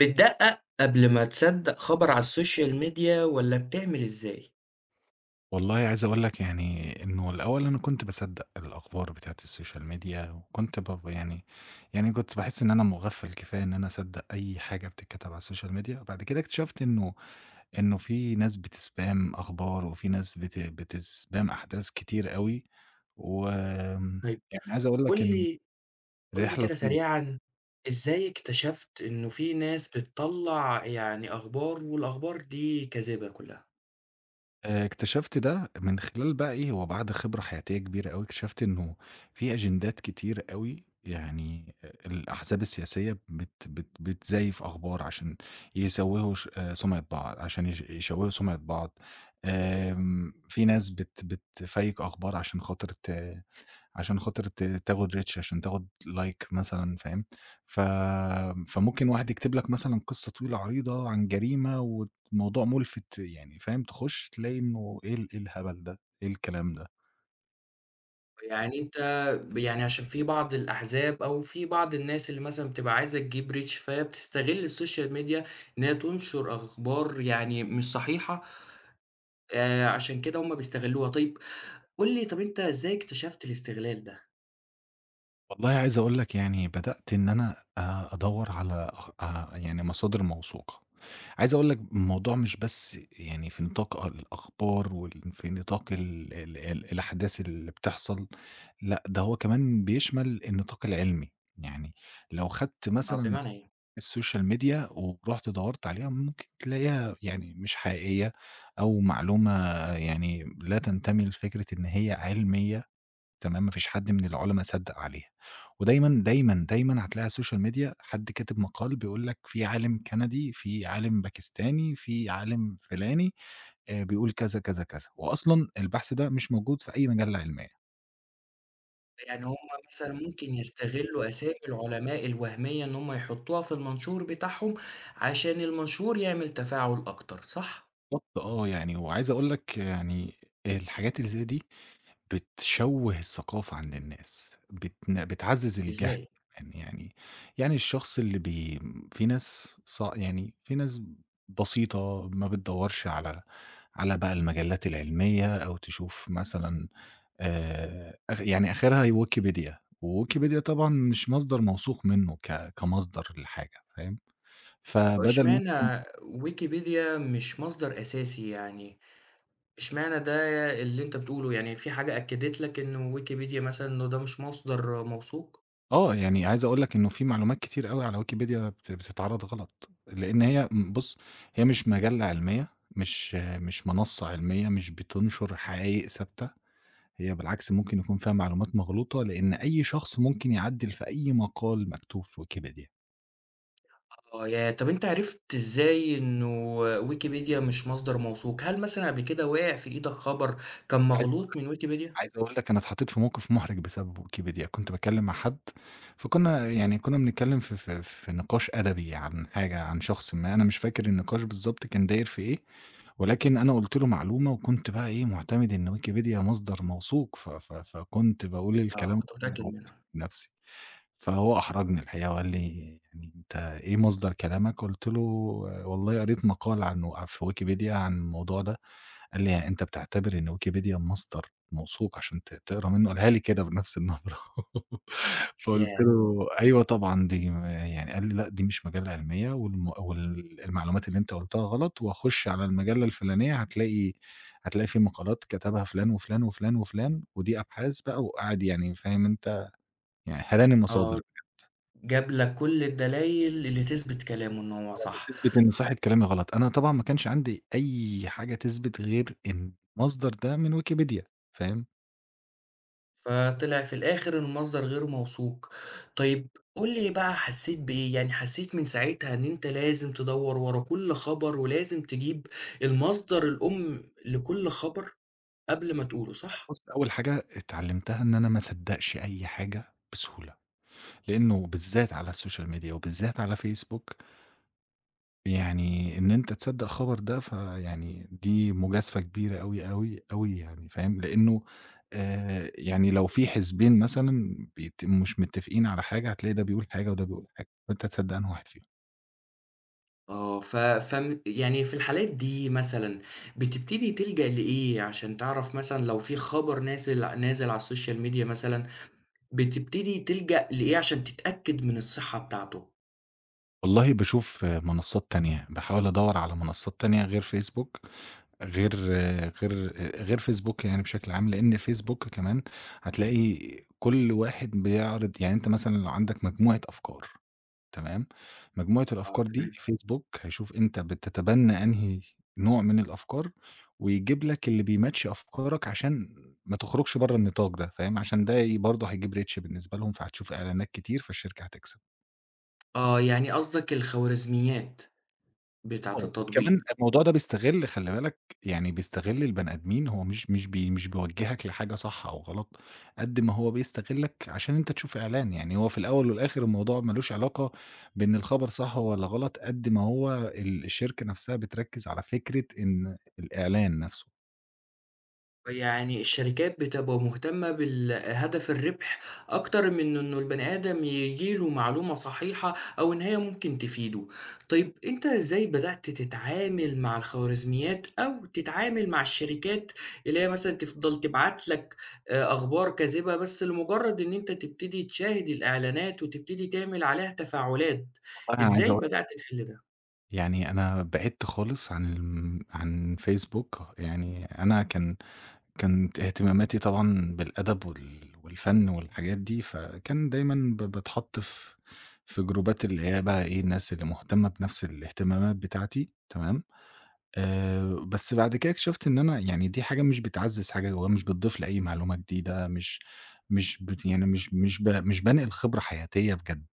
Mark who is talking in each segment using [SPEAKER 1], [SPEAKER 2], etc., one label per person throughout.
[SPEAKER 1] بتدقق قبل ما تصدق خبر على السوشيال ميديا والّا بتعمل إزاي؟
[SPEAKER 2] والله عايز أقول لك يعني إنه الأول أنا كنت باصدّق الأخبار بتاعة السوشيال ميديا، وكنت ب يعني يعني كنت باحس إن أنا مُغفّل كفاية إن أنا أصدّق أي حاجة بتتكتب على السوشيال ميديا. بعد كده اكتشفت إنه في ناس بتspam أخبار، وفي ناس بتspam أحداث كتير أوي، وآمم
[SPEAKER 1] طيب
[SPEAKER 2] يعني عايز أقول
[SPEAKER 1] قُل
[SPEAKER 2] لك إن
[SPEAKER 1] لي قُل لي
[SPEAKER 2] رحلة
[SPEAKER 1] كده
[SPEAKER 2] طويلة.
[SPEAKER 1] سريعًا، إزاي اكتشفت إنه في ناس بتطلّع يعني أخبار والأخبار دي كاذبة كلّها؟
[SPEAKER 2] اكتشفت ده من خلال بقى إيه، هو بعد خبرة حياتية كبيرة أوي، اكتشفت إنه في أجندات كتير أوي. يعني الأحزاب السياسية بت بت بتزيّف أخبار عشان يسوّهوا ش سمعة بعض، عشان يشوّهوا سمعة بعض. في ناس بتفيّك أخبار عشان خاطر تاخد reach عشان تاخد like مثلًا، فاهم؟ ف فممكن واحد يكتب لك مثلًا قصة طويلة عريضة عن جريمة والموضوع مُلفت يعني، فاهم؟ تخش تلاقي إنه إيه الهبل ده؟ إيه الكلام ده؟
[SPEAKER 1] يعني أنت ب يعني عشان في بعض الأحزاب أو في بعض الناس اللي مثلًا بتبقى عايزة تجيب reach، فهي بتستغل السوشيال ميديا إن هي تنشر أخبار يعني مش صحيحة. عشان كده هُم بيستغلوها. طيب قُل لي، طب أنت إزاي اكتشفت الاستغلال ده؟
[SPEAKER 2] والله عايز أقول لك يعني بدأت إن أنا أدوّر على أخ يعني مصادر موثوقة. عايز أقول لك الموضوع مش بس يعني في نطاق الأخبار في نطاق ال ال ال الأحداث اللي بتحصل. لأ ده هو كمان بيشمل النطاق العلمي. يعني لو خدت
[SPEAKER 1] حاضر.
[SPEAKER 2] مثلًا مع
[SPEAKER 1] بمعنى إيه؟
[SPEAKER 2] السوشيال ميديا ورُحت دوّرت عليها ممكن تلاقيها يعني مش حقيقية أو معلومة يعني لا تنتمي لفكرة إن هي علمية. تمام، ما فيش حد من العُلما صدّق عليها، ودايمًا، دايمًا، دايمًا هتلاقي على السوشيال ميديا حد كاتب مقال بيقول لك في عالم كندي، في عالم باكستاني، في عالم فلاني، بيقول كذا، كذا، كذا، وأصلًا البحث ده مش موجود في أي مجلة علمية.
[SPEAKER 1] يعني هم مثلًا ممكن يستغلّوا أسامي العلماء الوهمية إن هم يحطّوها في المنشور بتاعهم، عشان المنشور يعمل تفاعل أكتر، صح؟
[SPEAKER 2] بالضبط آه. يعني وعايز أقول لك يعني الحاجات اللي زي دي بتشوّه الثقافة عند الناس، بتعزّز الجهل
[SPEAKER 1] إزاي؟
[SPEAKER 2] كمان يعني. يعني الشخص اللي بي في ناس ص يعني في ناس بسيطة ما بتدوّرش على على المجلات العلمية أو تشوف مثلًا أخ يعني آخرها هي ويكيبيديا، وويكيبيديا طبعًا مش مصدر موثوق منه كمصدر للحاجة، فاهم؟ فبدل
[SPEAKER 1] واشمعنى ويكيبيديا مش مصدر أساسي يعني، اشمعنى ده اللي أنت بتقوله؟ يعني في حاجة أكّدت لك إنه ويكيبيديا مثلًا إنه ده مش مصدر موثوق؟
[SPEAKER 2] آه، يعني عايز أقول لك إنه في معلومات كتير أوي على ويكيبيديا بتتعرض غلط، لإن هي م بُص، هي مش مجلة علمية، مش منصة علمية، مش بتنشر حقايق ثابتة. هي بالعكس ممكن يكون فيها معلومات مغلوطة، لإن أي شخص ممكن يعدِّل في أي مقال مكتوب في ويكيبيديا.
[SPEAKER 1] آه، ياه! طب أنت عرفت إزاي إنه ويكيبيديا مش مصدر موثوق؟ هل مثلًا قبل كده وقع في إيدك خبر كان
[SPEAKER 2] عايز أقول
[SPEAKER 1] مغلوط
[SPEAKER 2] لك
[SPEAKER 1] من ويكيبيديا؟
[SPEAKER 2] عايز أقول لك أنا اتحطيت في موقف محرج بسبب ويكيبيديا. كنت باتكلم مع حد، فكنا يعني كنا بنتكلم في نقاش أدبي عن حاجة، عن شخص ما، أنا مش فاكر النقاش بالضبط كان داير في إيه، ولكن أنا قُلت له معلومة وكنت بقى إيه، مُعتمد إن ويكيبيديا مصدر موثوق، ف ف فكنت باقول
[SPEAKER 1] آه،
[SPEAKER 2] الكلام
[SPEAKER 1] كنت
[SPEAKER 2] وأنا
[SPEAKER 1] متأكد
[SPEAKER 2] واثق
[SPEAKER 1] منها.
[SPEAKER 2] من نفسي. فهو أحرجني الحقيقة وقال لي: "يعني أنت إيه مصدر كلامك؟" قُلت له: "والله قريت مقال عنه ع في ويكيبيديا عن الموضوع ده." قال لي: "أنت بتعتبر إن ويكيبيديا مصدر موثوق عشان تقرا منه؟" قالها لي كده بنفس النبرة. فقُلت
[SPEAKER 1] ياه!
[SPEAKER 2] له: "أيوه طبعًا دي م" يعني قال لي: "لأ دي مش مجلة علمية والم وال المعلومات اللي أنت قُلتها غلط، وخُش على المجلة الفلانية هتلاقي في مقالات كتبها فلان وفلان وفلان وفلان، ودي أبحاث بقى." وقعد يعني فاهم أنت، يعني هَراني مصادر
[SPEAKER 1] آه، جاب لك كل الدلائل اللي تثبت كلامه إن هو
[SPEAKER 2] آه،
[SPEAKER 1] صح.
[SPEAKER 2] بتثبت إن صحة كلامي غلط. أنا طبعًا ما كانش عندي أي حاجة تثبت غير إن المصدر ده من ويكيبيديا، فاهم؟
[SPEAKER 1] فطلع في الآخر المصدر غير موثوق. طيب قُل لي بقى، حسّيت بإيه؟ يعني حسّيت من ساعتها إن أنت لازم تدوّر ورا كل خبر ولازم تجيب المصدر الأم لكل خبر قبل ما تقوله، صح؟
[SPEAKER 2] بُصّ، أول حاجة اتعلّمتها إن أنا ما أصدّقش أي حاجة بسهولة، لإنه بالذات على الSocial Media وبالذات على Facebook، يعني إن أنت تصدّق خبر ده فيعني دي مجازفة كبيرة أوي، أوي، أوي يعني، فاهم، لإنه يعني لو في حزبين مثلًا مش متّفقين على حاجة هتلاقي ده بيقول حاجة وده بيقول حاجة، فأنت هتصدّق أنهي واحد فيهم.
[SPEAKER 1] آه، ف فم يعني في الحالات دي مثلًا بتبتدي تلجأ لإيه عشان تعرف مثلًا لو في خبر نازل نازل على السوشيال ميديا مثلًا، بتبتدي تلجأ لإيه عشان تتأكد من الصحة بتاعته؟
[SPEAKER 2] والله باشوف منصات تانية، باحاول أدوّر على منصات تانية غير Facebook، غير غير غير فيسبوك يعني بشكل عام، لإن فيسبوك كمان هتلاقي كل واحد بيعرض. يعني أنت مثلًا لو عندك مجموعة أفكار، تمام، مجموعة
[SPEAKER 1] آه،
[SPEAKER 2] الأفكار دي
[SPEAKER 1] تمام.
[SPEAKER 2] فيسبوك هيشوف أنت بتتبنى أنهي نوع من الأفكار، ويجيب لك اللي بيماتش أفكارك عشان ما تخرجش برّه النطاق ده، فاهم؟ عشان ده ي برضه هيجيب reach بالنسبة لهم، فهتشوف إعلانات كتير، فالشركة هتكسب.
[SPEAKER 1] آه، يعني قصدك الخوارزميات بتاعة
[SPEAKER 2] آه،
[SPEAKER 1] التطبيق.
[SPEAKER 2] وكمان الموضوع ده بيستغل، خلّي بالك، يعني بيستغل البني آدمين. هو مش بيوجّهك لحاجة صح أو غلط، قد ما هو بيستغلك عشان أنت تشوف إعلان. يعني هو في الأول والآخر الموضوع ما لوش علاقة بإن الخبر صح والّا غلط، قد ما هو الشركة نفسها بتركّز على فكرة إن الإعلان نفسه.
[SPEAKER 1] يعني الشركات بتبقى مهتمة بالهدف الربح أكتر من إنه البني آدم يجيله معلومة صحيحة أو إن هي ممكن تفيده. طيب أنت إزاي بدأت تتعامل مع الخوارزميات أو تتعامل مع الشركات اللي هي مثلا تفضل تبعت لك آه، أخبار كاذبة بس لمجرد إن أنت تبتدي تشاهد الإعلانات وتبتدي تعمل عليها تفاعلات؟
[SPEAKER 2] والله أنا عايز
[SPEAKER 1] إزاي
[SPEAKER 2] أقول لك
[SPEAKER 1] بدأت تحل ده؟
[SPEAKER 2] يعني أنا بعدت خالص عن عن فيسبوك. يعني أنا كان كانت اهتماماتي طبعًا بالأدب والفن والحاجات دي، فكان دايمًا باتحط في في جروبات اللي هي بقى إيه، الناس اللي مهتمة بنفس الاهتمامات بتاعتي، تمام. بس بعد كده اكتشفت إن أنا يعني دي حاجة مش بتعزّز حاجة جوايا، مش بتضيف لي أي معلومة جديدة، مش مش بت يعني مش مش ب مش بانقل خبرة حياتية بجد.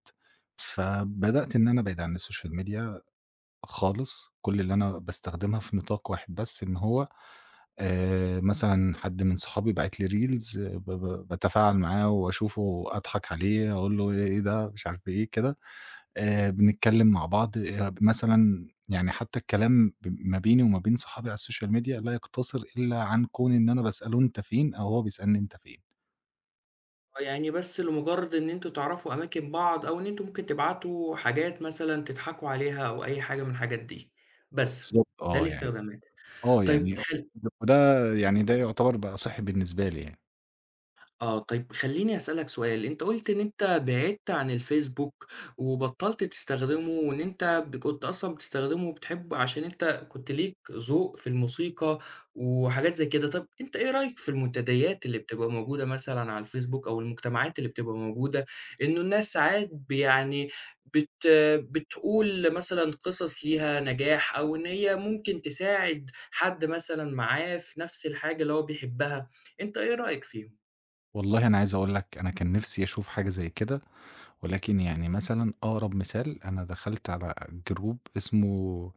[SPEAKER 2] فبدأت إن أنا أبعد عن السوشيال ميديا خالص. كل اللي أنا باستخدمها في نطاق واحد بس، إن هو مثلًا حد من صحابي باعت لي reels ب ب باتفاعل معاه واشوفه أضحك عليه، أقول له إيه إيه ده مش عارف إيه كده. بنتكلم مع بعض مثلًا يعني حتى الكلام ما بيني وما بين صحابي على الSocial media لا يقتصر إلا عن كون إن أنا باسأله أنت فين أو هو بيسألني أنت فين.
[SPEAKER 1] يعني بس لمجرد ان انتوا تعرفوا اماكن بعض او ان انتوا ممكن تبعتوا حاجات مثلا تضحكوا عليها او اي حاجة من الحاجات دي بس؟
[SPEAKER 2] بالضبط.
[SPEAKER 1] ده
[SPEAKER 2] آه يعني.
[SPEAKER 1] الاستخدامات.
[SPEAKER 2] آه
[SPEAKER 1] طيب
[SPEAKER 2] يعني وده يعني ده يعتبر بقى صحي بالنسبة لي يعني.
[SPEAKER 1] آه، طيب خلّيني أسألك سؤال. أنت قُلت إن أنت بعدت عن الفيسبوك وبطّلت تستخدمه، وإن أنت كنت أصلًا بتستخدمه وبتحبه عشان أنت كنت ليك ذوق في الموسيقى وحاجات زي كده. طَب أنت إيه رأيك في المنتديات اللي بتبقى موجودة مثلًا على الفيسبوك أو المجتمعات اللي بتبقى موجودة، إنه الناس ساعات ب يعني بت بتقول مثلًا قصص ليها نجاح أو إن هي ممكن تساعد حد مثلًا معاه في نفس الحاجة اللي هو بيحبها؟ أنت إيه رأيك فيهم؟
[SPEAKER 2] والله أنا عايز أقول لك أنا كان نفسي أشوف حاجة زي كده، ولكن يعني مثلًا أقرب مثال أنا دخلت على جروب اسمه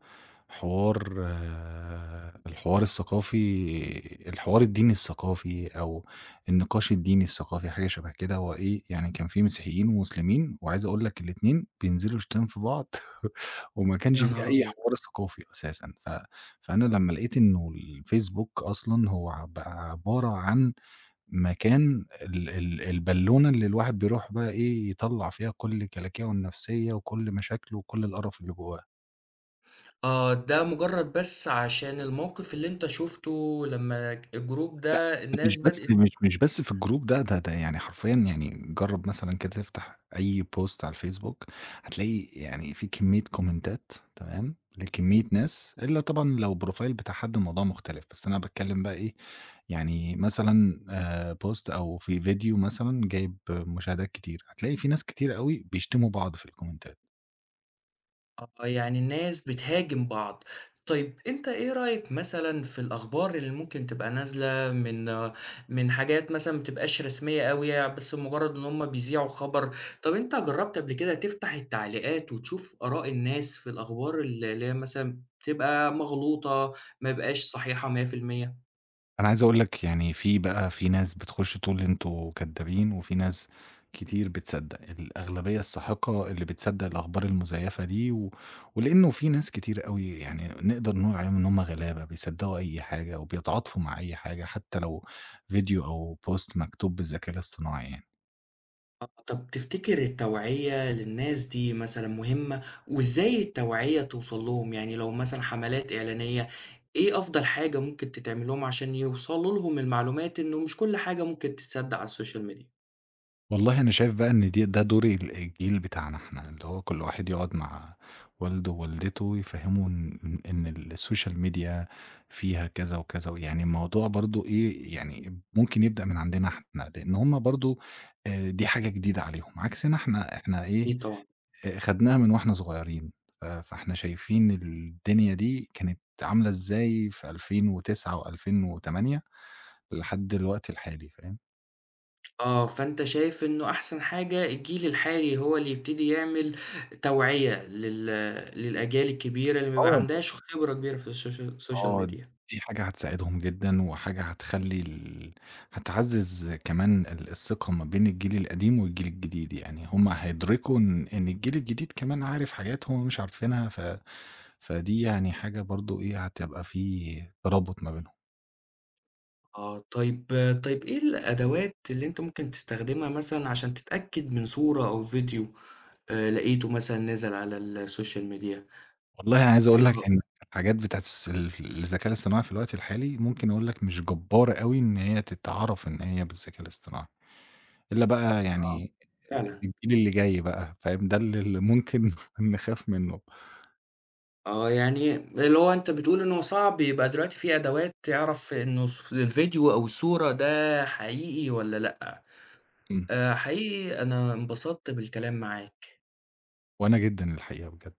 [SPEAKER 2] حوار. آه، الحوار الثقافي، الحوار الديني الثقافي أو النقاش الديني الثقافي حاجة شبه كده. هو إيه يعني كان في مسيحيين ومسلمين، وعايز أقول لك الاتنين بينزلوا شتايم في بعض. وما كانش
[SPEAKER 1] يا
[SPEAKER 2] في
[SPEAKER 1] نهار
[SPEAKER 2] أي
[SPEAKER 1] أبيض!
[SPEAKER 2] حوار ثقافي أساسًا. فأنا لمّا لقيت إنه الفيسبوك أصلًا هو بقى عبارة عن مكان ال ال البالونة اللي الواحد بيروح بقى إيه، يطلّع فيها كل كلاكيعه النفسية وكل مشاكله وكل القرف اللي جواه. ده
[SPEAKER 1] آه، ده مجرّد بس عشان الموقِف اللي أنت شُفته لمّا الجروب ده
[SPEAKER 2] مش
[SPEAKER 1] الناس
[SPEAKER 2] بس
[SPEAKER 1] بدأت.
[SPEAKER 2] مش مش بس في الجروب ده. ده يعني حرفيًا، يعني جرّب مثلًا كده تفتح أي بوست على الفيسبوك، هتلاقي يعني في كمية كومنتات، تمام، لكمية ناس، إلا طبعًا لو profile بتاع حد الموضوع مختلف. بس أنا باتكلّم بقى إيه، يعني مثلًا بوست أو في فيديو مثلًا جايب مشاهدات كتير، هتلاقي في ناس كتير أوي بيشتموا بعض في الكومنتات.
[SPEAKER 1] آه، يعني الناس بتهاجم بعض. طيب أنت إيه رأيك مثلًا في الأخبار اللي ممكن تبقى نازلة من من حاجات مثلًا ما بتبقاش رسمية أوي، يعني، بس مجرّد إن هم بيذيعوا خبر. طب أنت جرّبت قبل كده تفتح التعليقات وتشوف آراء الناس في الأخبار اللي هي مثلًا بتبقى مغلوطة، ما بقاش صحيحة 100%؟
[SPEAKER 2] أنا عايز أقول لك يعني في ناس بتخش تقول لي أنتم كدابين، وفي ناس كتير بتصدّق. الأغلبية الساحقة اللي بتصدّق الأخبار المزيفة دي، ولإنه في ناس كتير أوي يعني نقدر نقول عليهم إن هُم غلابة، بيصدّقوا أي حاجة وبيتعاطفوا مع أي حاجة، حتى لو فيديو أو post مكتوب بالذكاء الاصطناعي يعني.
[SPEAKER 1] آه، طب تفتكر التوعية للناس دي مثلًا مهمة، وإزاي التوعية توصل لهم؟ يعني لو مثلًا حملات إعلانية، إيه أفضل حاجة ممكن تتعمل لهم عشان يوصلوا لهم المعلومات إنه مش كل حاجة ممكن تتصدق على السوشيال ميديا؟
[SPEAKER 2] والله أنا شايف بقى إن ده دور الجيل بتاعنا إحنا، اللي هو كل واحد يقعد مع والده ووالدته يفهّموا إن الsocial media فيها كذا وكذا. ويعني الموضوع برضه إيه، يعني ممكن يبدأ من عندنا إحنا، لإن هم برضه دي حاجة جديدة عليهم، عكسنا إحنا إيه،
[SPEAKER 1] أكيد طبعًا.
[SPEAKER 2] خدناها من وإحنا صغيرين. فإحنا شايفين الدنيا دي كانت عاملة إزاي في 2009 و2008 لحد الوقت الحالي، فاهم؟
[SPEAKER 1] آه، فأنت شايف إنه أحسن حاجة الجيل الحالي هو اللي يبتدي يعمل توعية للأجيال الكبيرة اللي ما بيبقى
[SPEAKER 2] آه.
[SPEAKER 1] عندهاش خبرة كبيرة في السوشيال
[SPEAKER 2] آه،
[SPEAKER 1] ميديا.
[SPEAKER 2] دي حاجة هتساعدهم جدًا، وحاجة هتخلّي هتعزّز كمان الثقة ما بين الجيل القديم والجيل الجديد. يعني هُم هيدركوا إن الجيل الجديد كمان عارف حاجات هُم مش عارفينها. فدي يعني حاجة برضه إيه، هتبقى في ترابط ما بينهم.
[SPEAKER 1] آه، طيب إيه الأدوات اللي أنت ممكن تستخدمها مثلًا عشان تتأكد من صورة أو فيديو لقيته مثلًا نازل على السوشيال ميديا؟
[SPEAKER 2] والله عايز
[SPEAKER 1] في
[SPEAKER 2] أقول
[SPEAKER 1] خ
[SPEAKER 2] لك إن الحاجات بتاعة الس ال الذكاء الاصطناعي في الوقت الحالي ممكن أقول لك مش جبّارة أوي إن هي تتعرف إن هي بالذكاء الاصطناعي. إلا بقى
[SPEAKER 1] آه،
[SPEAKER 2] يعني
[SPEAKER 1] فعلًا.
[SPEAKER 2] الجيل اللي جاي بقى، فاهم، ده اللي ممكن نخاف منه.
[SPEAKER 1] آه، يعني اللي هو أنت بتقول إن هو صعب يبقى دلوقتي في أدوات تعرف إنه الفيديو أو الصورة ده حقيقي والّا لأ.
[SPEAKER 2] إمم،
[SPEAKER 1] حقيقي أنا انبسطت بالكلام معاك.
[SPEAKER 2] وأنا جدًا الحقيقة بجد.